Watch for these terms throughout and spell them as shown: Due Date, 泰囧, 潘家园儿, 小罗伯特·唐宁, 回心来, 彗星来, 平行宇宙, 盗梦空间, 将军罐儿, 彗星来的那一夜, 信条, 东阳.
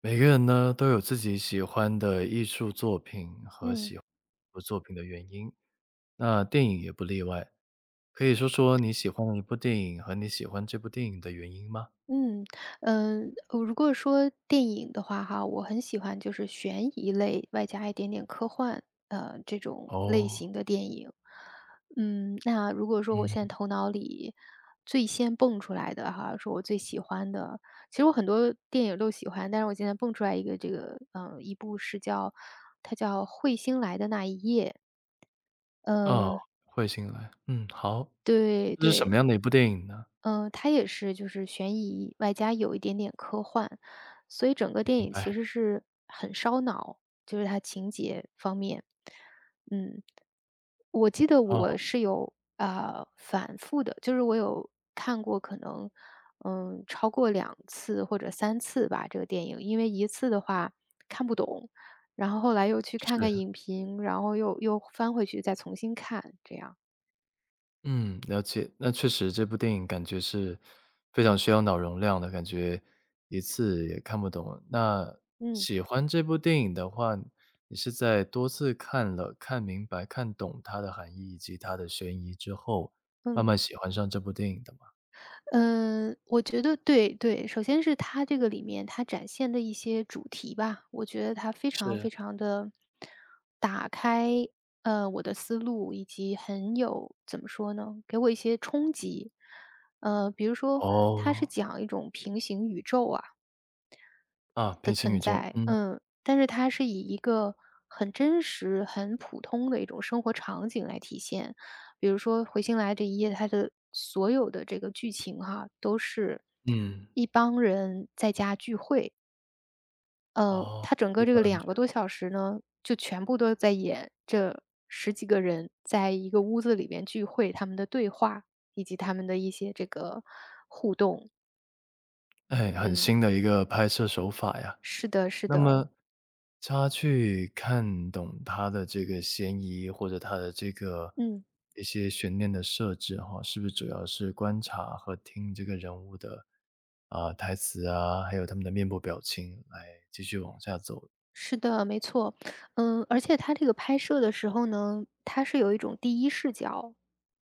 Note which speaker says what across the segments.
Speaker 1: 每个人呢都有自己喜欢的艺术作品和
Speaker 2: 嗯嗯
Speaker 1: 喜欢艺术作品的原因，那电影也不例外。可以说说你喜欢的一部电影和你喜欢这部电影的原因吗？
Speaker 2: 嗯，呃，如果说电影的话哈，我很喜欢就是悬疑类，外加一点点科幻，这种类
Speaker 1: 哦。
Speaker 2: 型的电影。那如果说我
Speaker 1: 嗯。
Speaker 2: 现在头脑里最先蹦出来的哈，是我最喜欢的，其实我很多电影都喜欢，但是我现在蹦出来一个这个，一部是叫《彗星来的那一夜》，
Speaker 1: 哦，
Speaker 2: 呃，
Speaker 1: 彗星来，嗯，好，
Speaker 2: 对
Speaker 1: 这是什
Speaker 2: 对，
Speaker 1: 么样的一部电影呢？
Speaker 2: 嗯，它也是就是悬疑，外加有一点点科幻，所以整个
Speaker 1: 明
Speaker 2: 电影
Speaker 1: 白。
Speaker 2: 其实是很烧脑，就是它情节方面。嗯，我记得
Speaker 1: 哦。
Speaker 2: 我是反复的，就是我有看过可能超过两次或者三次吧这个电影，因为一次的话看不懂，然后后来又去看
Speaker 1: 是。
Speaker 2: 看影评，然后又翻回去再重新看，这样。
Speaker 1: 嗯，了解。那确实这部电影感觉是非常需要脑容量的，感觉一次也看不懂。那
Speaker 2: 嗯
Speaker 1: 喜欢这部电影的话，你是在多次看了、看明白、看懂它的含义以及它的悬疑之后，慢
Speaker 2: 嗯。
Speaker 1: 慢喜欢上这部电影的吗？
Speaker 2: 嗯，我觉得对对，首先是它这个里面它展现的一些主题吧，我觉得它非常
Speaker 1: 是。
Speaker 2: 非常的打开，我的思路，以及很有怎么说呢，给我一些冲击。比如说它是
Speaker 1: 哦。
Speaker 2: 讲一种平行宇宙啊，
Speaker 1: 啊，
Speaker 2: 的
Speaker 1: 平行
Speaker 2: 存
Speaker 1: 宇宙，
Speaker 2: 在，
Speaker 1: 嗯。
Speaker 2: 但是它是以一个很真实、很普通的一种生活场景来体现。比如说《回心来》这一页，它的所有的这个剧情哈，都是
Speaker 1: 嗯。
Speaker 2: 一帮人在家聚会，嗯，
Speaker 1: 哦，
Speaker 2: 它整
Speaker 1: 一
Speaker 2: 个这
Speaker 1: 般
Speaker 2: 个
Speaker 1: 人
Speaker 2: 两
Speaker 1: 学
Speaker 2: 个多
Speaker 1: 会。
Speaker 2: 小时呢，就全部都在演这十几个人在一个屋子里面聚会，他们的对话以及他们的一些这个互动。
Speaker 1: 哎，很
Speaker 2: 嗯，
Speaker 1: 新的一个拍摄手法呀。
Speaker 2: 是的，是
Speaker 1: 那
Speaker 2: 的，
Speaker 1: 么他去看懂他的这个嫌疑，或者他的这个
Speaker 2: 嗯。
Speaker 1: 一些悬念的设置哈，是不是主要是观察和听这个人物的，啊，台词啊，还有他们的面部表情来继续往下走？
Speaker 2: 是的，没错。而且它这个拍摄的时候呢，它是有一种第一视角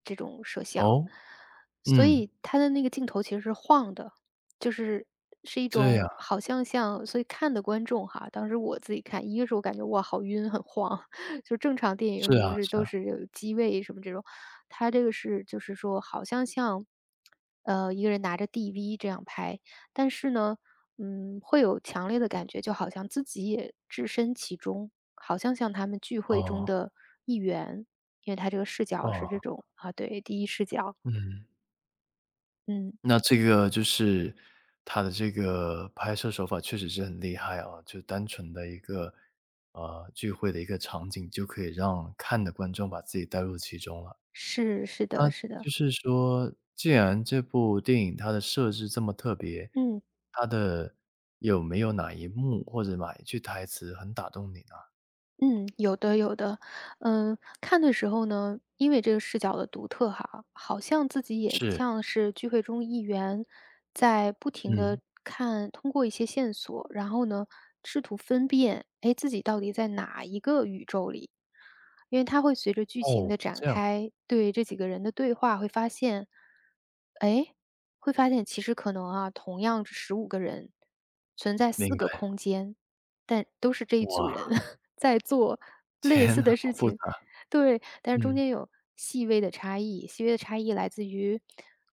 Speaker 2: 这种摄像，
Speaker 1: 哦？
Speaker 2: 所
Speaker 1: 嗯，
Speaker 2: 以它的那个镜头其实是晃的，就是是一
Speaker 1: 这样，
Speaker 2: 种好像像，所以看的观众哈，当时我自己看，一个是我感觉哇好晕，很晃，就正常电
Speaker 1: 是
Speaker 2: 影里不
Speaker 1: 啊，
Speaker 2: 是
Speaker 1: 是
Speaker 2: 都
Speaker 1: 啊。
Speaker 2: 是有机位什么这种，它这个是就是说好像，一个人拿着 DV 这样拍，但是呢，会有强烈的感觉，就好像自己也置身其中，好像他们聚会中
Speaker 1: 哦。
Speaker 2: 的一员，因为他这个视角是这
Speaker 1: 哦。
Speaker 2: 种啊，对，第一视角，
Speaker 1: 嗯。
Speaker 2: 嗯，
Speaker 1: 那这个就是他的这个拍摄手法确实是很厉害啊，就单纯的一个，聚会的一个场景，就可以让看的观众把自己带入其中了。
Speaker 2: 是的,是的，
Speaker 1: 就是说，既然这部电影它的设置这么特别，
Speaker 2: 嗯。
Speaker 1: 它的有没有哪一幕或者哪一句台词很打动你呢？
Speaker 2: 嗯，有的有的，看的时候呢，因为这个视角的独特哈，好像自己也
Speaker 1: 是。
Speaker 2: 像是聚会中一员，在不停的
Speaker 1: 嗯。
Speaker 2: 看，通过一些线索，然后呢，试图分辨，哎，自己到底在哪一个宇宙里？因为它会随着剧情
Speaker 1: 哦，
Speaker 2: 的展
Speaker 1: 这样，
Speaker 2: 开，对这几个人的对话会发现，哎，会发现其实可能啊，同样是15个人，存在四
Speaker 1: 明
Speaker 2: 个
Speaker 1: 白。
Speaker 2: 空间。但都是这一组
Speaker 1: 哇，
Speaker 2: 人 在做类
Speaker 1: 天
Speaker 2: 似
Speaker 1: 呐，
Speaker 2: 的
Speaker 1: 好
Speaker 2: 事
Speaker 1: 复杂。
Speaker 2: 情。对，但是中
Speaker 1: 嗯。
Speaker 2: 间有细微的差异，细微的差异来自于，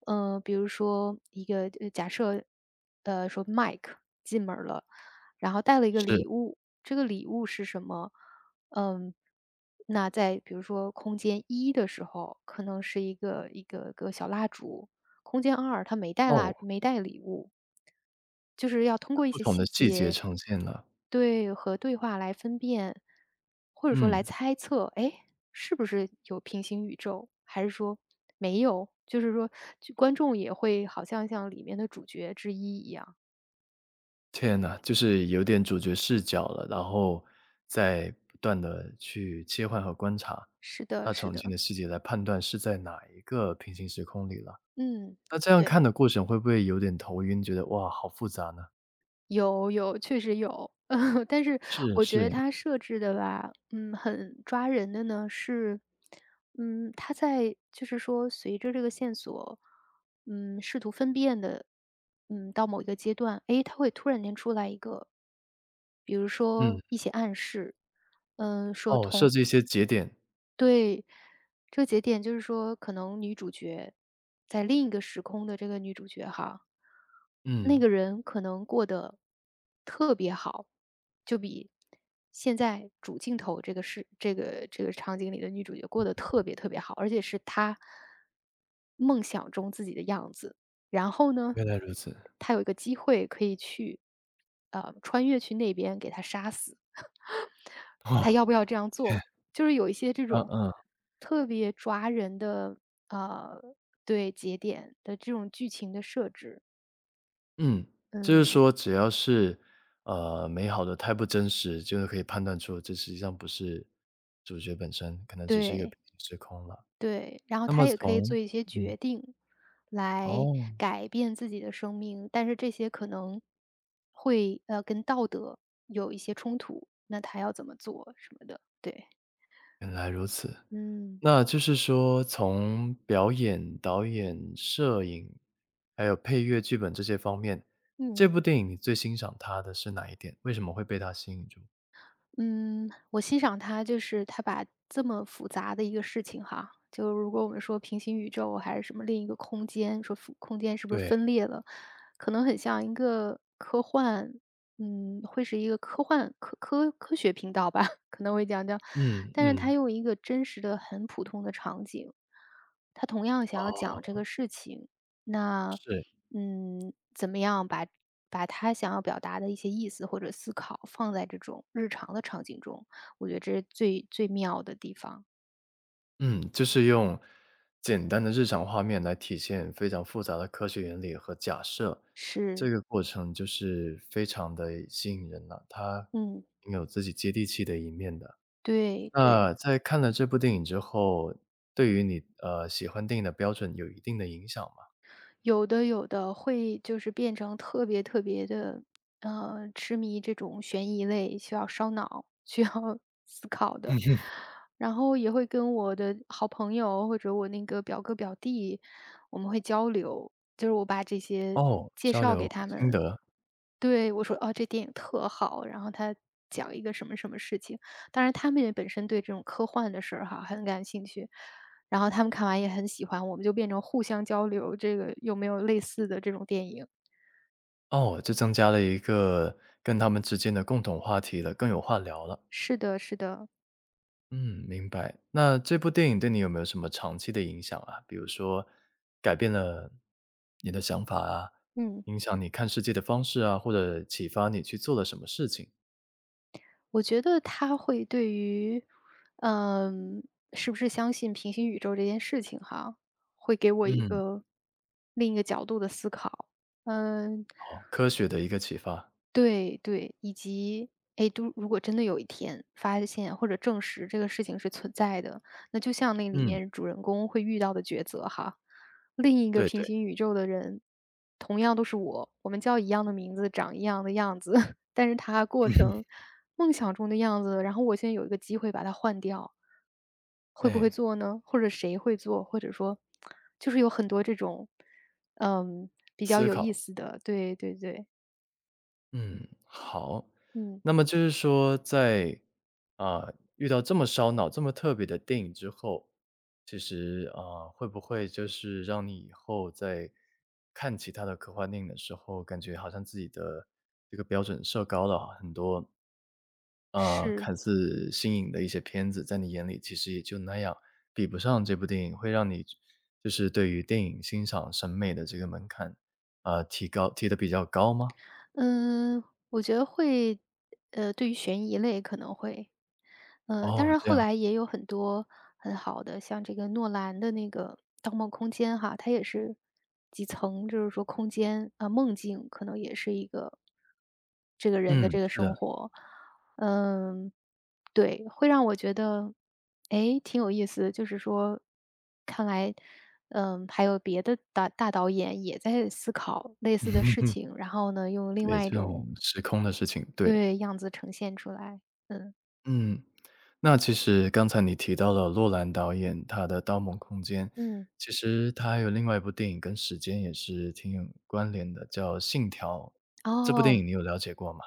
Speaker 2: 比如说一个假设，说 Mike 进门儿了，然后带了一个
Speaker 1: 是。
Speaker 2: 礼物，这个礼物是什么？嗯，那在比如说空间一的时候，可能是一个个小蜡烛，空间二他没带
Speaker 1: 哦，
Speaker 2: 啦，没带礼物。就是要通过一
Speaker 1: 不
Speaker 2: 些
Speaker 1: 同的
Speaker 2: 细
Speaker 1: 细节
Speaker 2: 节
Speaker 1: 呈现了。
Speaker 2: 对，和对话来分辨，或者说来
Speaker 1: 嗯。
Speaker 2: 猜测，哎，是不是有平行宇宙？还是说没有？就是说就观众也会好像里面的主角之一一样。
Speaker 1: 天呐，就是有点主角视角了，然后再不断的去切换和观察
Speaker 2: 是的，
Speaker 1: 他
Speaker 2: 是
Speaker 1: 呈现
Speaker 2: 的。
Speaker 1: 的细节来判断是在哪一个平行时空里了。
Speaker 2: 嗯，
Speaker 1: 那这样
Speaker 2: 对。
Speaker 1: 看的过程会不会有点头晕，觉得哇，好复杂呢？
Speaker 2: 有有，确实有。但是
Speaker 1: 是
Speaker 2: 我觉得
Speaker 1: 是。
Speaker 2: 它设置的吧，很抓人的呢是，它在就是说随着这个线索，试图分辨的，到某一个阶段，诶，它会突然间出来一个，比如
Speaker 1: 嗯。
Speaker 2: 说一些暗示，嗯，说
Speaker 1: 哦，设
Speaker 2: 同
Speaker 1: 置一些节点。
Speaker 2: 对，这个节点就是说，可能女主角在另一个时空的这个女主角哈，那
Speaker 1: 嗯。
Speaker 2: 个人可能过得特别好，就比现在主镜头这个是这个场景里的女主角过得特别特别好，而且是她梦想中自己的样子。然后呢，
Speaker 1: 原来如此。
Speaker 2: 她有一个机会可以去，穿越去那边给她杀死。他
Speaker 1: 哇。
Speaker 2: 要不要这样
Speaker 1: 天。
Speaker 2: 做？就是有一些这
Speaker 1: 嗯
Speaker 2: 种
Speaker 1: 嗯。
Speaker 2: 特别抓人的，呃，对，节点的这种剧情的设置。
Speaker 1: 嗯，就是
Speaker 2: 嗯，
Speaker 1: 说只要是，美好的太不真实，就是可以判断出这实际上不是主角本身，可能只是一个
Speaker 2: 对，
Speaker 1: 平行时空了。
Speaker 2: 对，然后
Speaker 1: 那么
Speaker 2: 他也可以
Speaker 1: 从
Speaker 2: 做一些
Speaker 1: 嗯。
Speaker 2: 决定来
Speaker 1: 哦，
Speaker 2: 改变自己的生命，但是这些可能会，跟道德有一些冲突，那他要怎么做什么的，对，
Speaker 1: 原来如此。
Speaker 2: 嗯，
Speaker 1: 那就是说从表演、导演、摄影，还有配乐、剧本这些方面，
Speaker 2: 嗯。
Speaker 1: 这部电影你最欣赏它的是哪一点？为什么会被它吸引住？
Speaker 2: 嗯，我欣赏他，就是他把这么复杂的一个事情哈，就如果我们说平行宇宙还是什么另一个空间，说复空间是不是
Speaker 1: 对。
Speaker 2: 分裂了，可能很像一个科幻，会是一个科幻科学频道吧，可能会讲讲，
Speaker 1: 嗯
Speaker 2: 但是
Speaker 1: 嗯。
Speaker 2: 他用一个真实的、很普通的场景，他同样想要讲这
Speaker 1: 哦。
Speaker 2: 个事情，那，
Speaker 1: 是。
Speaker 2: 怎么样把他想要表达的一些意思或者思考放在这种日常的场景中，我觉得这是最最妙的地方，
Speaker 1: 嗯，就是用简单的日常画面来体现非常复杂的科学原理和假设，这
Speaker 2: 是，
Speaker 1: 个过程就是非常的吸引人了，它
Speaker 2: 嗯，
Speaker 1: 挺有自己接地气的一面的。
Speaker 2: 对对。
Speaker 1: 那在看了这部电影之后，对于你，喜欢电影的标准有一定的影响吗？
Speaker 2: 有的有的，会就是变成特别特别的，痴迷这种悬疑类，需要烧脑、需要 思考的。然后也会跟我的好朋友或者我那个表哥表弟，我们会交流，就是我把这些
Speaker 1: 哦，
Speaker 2: 介
Speaker 1: 交
Speaker 2: 绍
Speaker 1: 流
Speaker 2: 给他
Speaker 1: 心
Speaker 2: 们，
Speaker 1: 得。
Speaker 2: 对，我说："哦，这电影特好。"然后他讲一个什么什么事情，当然他们也本身对这种科幻的事儿哈，很感兴趣，然后他们看完也很喜欢，我们就变成互相交流，这个有没有类似的这种电影。
Speaker 1: 哦，就增加了一个跟他们之间的共同话题了，更有话聊了。
Speaker 2: 是的是的，
Speaker 1: 嗯，明白。那这部电影对你有没有什么长期的影响啊？比如说改变了你的想法啊，
Speaker 2: 嗯，
Speaker 1: 影响你看世界的方式啊，或者启发你去做了什么事情？
Speaker 2: 我觉得他会对于，嗯，是不是相信平行宇宙这件事情哈，会给我一
Speaker 1: 嗯。
Speaker 2: 个另一个角度的思考。嗯。
Speaker 1: 哦，科学的一个启发。
Speaker 2: 对对，以及，哎，诶都如果真的有一天发现或者证实这个事情是存在的，那就像那里
Speaker 1: 嗯，
Speaker 2: 面主人公会遇到的抉择哈，另一个
Speaker 1: 对
Speaker 2: 平
Speaker 1: 对，
Speaker 2: 行宇宙的人，同样都是我，我们叫一样的名字，长一样的样子，但是他过成 梦想中的样子，然后我现在有一个机会把它换掉，会不会
Speaker 1: 哎，
Speaker 2: 做呢？或者谁会做？或者说，就是有很多这种，嗯，比较
Speaker 1: 思
Speaker 2: 有意
Speaker 1: 考。
Speaker 2: 思的，对对对，
Speaker 1: 嗯，好。
Speaker 2: 嗯。
Speaker 1: 那么就是说在，啊，遇到这么烧脑、这么特别的电影之后，其实，啊，会不会就是让你以后在看其他的科幻电影的时候，感觉好像自己的这个标准设高了啊很多，啊，
Speaker 2: 是，
Speaker 1: 看似新颖的一些片子，在你眼里其实也就那样，比不上这部电影，会让你就是对于电影欣赏审美的这个门槛，啊，提高提的比较高吗？
Speaker 2: 嗯，我觉得会，对于悬疑类可能会，当
Speaker 1: 哦，
Speaker 2: 然
Speaker 1: 这
Speaker 2: 后
Speaker 1: 样。
Speaker 2: 来也有很多很好的，像这个诺兰的那个《盗梦空间》哈，它也是几层，就是说空间啊、梦境可能也是一个这个人的
Speaker 1: 嗯，
Speaker 2: 这个
Speaker 1: 是的，
Speaker 2: 生活，嗯，对，会让我觉得，哎，挺有意思的就是说，看来，还有别的大导演也在思考类似的事 情，然后呢，用另
Speaker 1: 对，
Speaker 2: 外一
Speaker 1: 这种
Speaker 2: 种
Speaker 1: 时空的事情，对。
Speaker 2: 对样子呈现出来。嗯
Speaker 1: 嗯，那其实刚才你提到了洛兰导演他的《盗梦空间》，
Speaker 2: 嗯，
Speaker 1: 其实他还有另外一部电影跟时间也是挺有关联的，叫《信条》，这部电
Speaker 2: 哦，
Speaker 1: 影你有了解过吗？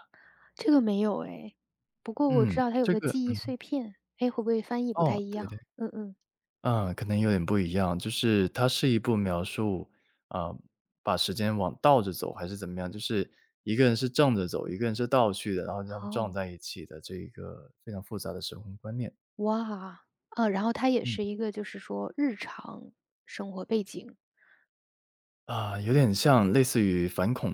Speaker 2: 这个没有哎，不过我知
Speaker 1: 嗯，
Speaker 2: 道它有
Speaker 1: 这
Speaker 2: 个
Speaker 1: 个
Speaker 2: 记忆
Speaker 1: 嗯，
Speaker 2: 碎片，哎，会不会翻译不太
Speaker 1: 哦，
Speaker 2: 一
Speaker 1: 对
Speaker 2: 样？
Speaker 1: 对。
Speaker 2: 嗯嗯，
Speaker 1: 嗯，可能有点不一样，就是它是一部描述，啊，把时间往倒着走还是怎么样，就是一个人是正着走，一个人是倒去的，然后他们撞
Speaker 2: 哦，
Speaker 1: 在一起的这一个非常复杂的时空观念。
Speaker 2: 哇，然后它也
Speaker 1: 嗯。
Speaker 2: 是一个就是说日常生活背景，
Speaker 1: 啊，有点像类似于反恐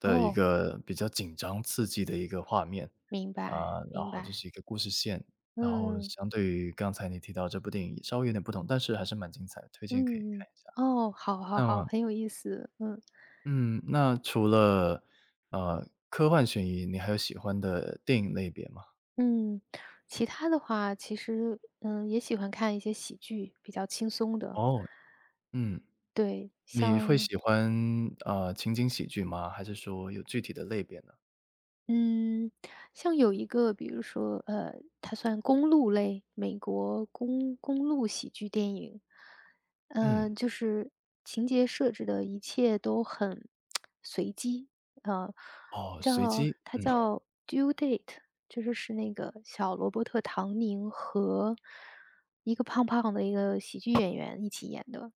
Speaker 1: 的一
Speaker 2: 哦。
Speaker 1: 个比较紧张刺激的一个画面，
Speaker 2: 明白，
Speaker 1: 啊，然
Speaker 2: 明
Speaker 1: 后就
Speaker 2: 白，
Speaker 1: 是一个故事线，然后
Speaker 2: 嗯，
Speaker 1: 相对于刚才你提到这部电影稍微有点不同，但是还是蛮精彩的，推荐可以
Speaker 2: 嗯，
Speaker 1: 看
Speaker 2: 嗯
Speaker 1: 一下。
Speaker 2: 哦，好好
Speaker 1: 那
Speaker 2: 好，
Speaker 1: 么
Speaker 2: 很有意思，嗯，
Speaker 1: 嗯，那除了，科幻悬疑，你还有喜欢的电影类别吗？
Speaker 2: 嗯，其他的话，其实，也喜欢看一些喜剧，比较轻松的，
Speaker 1: 哦。嗯，
Speaker 2: 对，
Speaker 1: 你会喜欢，情景喜剧吗？还是说有具体的类别呢？
Speaker 2: 嗯，像有一个，比如说，它算公路类，美国公路喜剧电影，
Speaker 1: 嗯。
Speaker 2: 就是情节设置的一切都很 随机，呃，
Speaker 1: 哦，随
Speaker 2: 叫
Speaker 1: 机，嗯，
Speaker 2: 《Due Date》,就是那个小罗伯特·唐宁和一个胖胖的一个喜剧演员一起演的，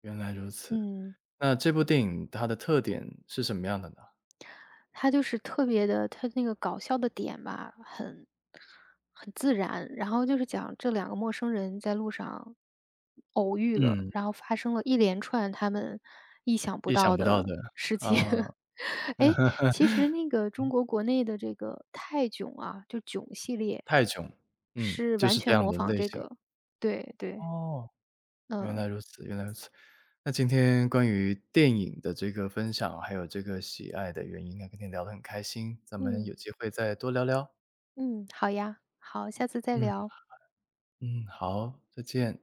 Speaker 1: 原来如此。
Speaker 2: 嗯，
Speaker 1: 那这部电影它的特点是什么样的呢？
Speaker 2: 他就是特别的，他那个搞笑的点吧，很自然。然后就是讲这两个陌生人在路上偶遇了，
Speaker 1: 嗯，
Speaker 2: 然后发生了一连串他们意想不
Speaker 1: 意想
Speaker 2: 到
Speaker 1: 不到
Speaker 2: 的
Speaker 1: 的，
Speaker 2: 事情。
Speaker 1: 啊，
Speaker 2: 哎，其实那个中国国内的这个泰囧啊，就囧系列
Speaker 1: 泰囧，嗯，
Speaker 2: 是
Speaker 1: 就
Speaker 2: 完
Speaker 1: 是这
Speaker 2: 全
Speaker 1: 样
Speaker 2: 模
Speaker 1: 的
Speaker 2: 仿
Speaker 1: 类
Speaker 2: 这
Speaker 1: 型，
Speaker 2: 个，对对，
Speaker 1: 哦。原来
Speaker 2: 嗯
Speaker 1: 如此，原来如此。那今天关于电影的这个分享，还有这个喜爱的原因啊，跟你聊得很开心，咱们
Speaker 2: 嗯
Speaker 1: 有机会再多聊聊。
Speaker 2: 嗯，好呀，好，下次再
Speaker 1: 嗯。
Speaker 2: 聊。
Speaker 1: 嗯，好，再见。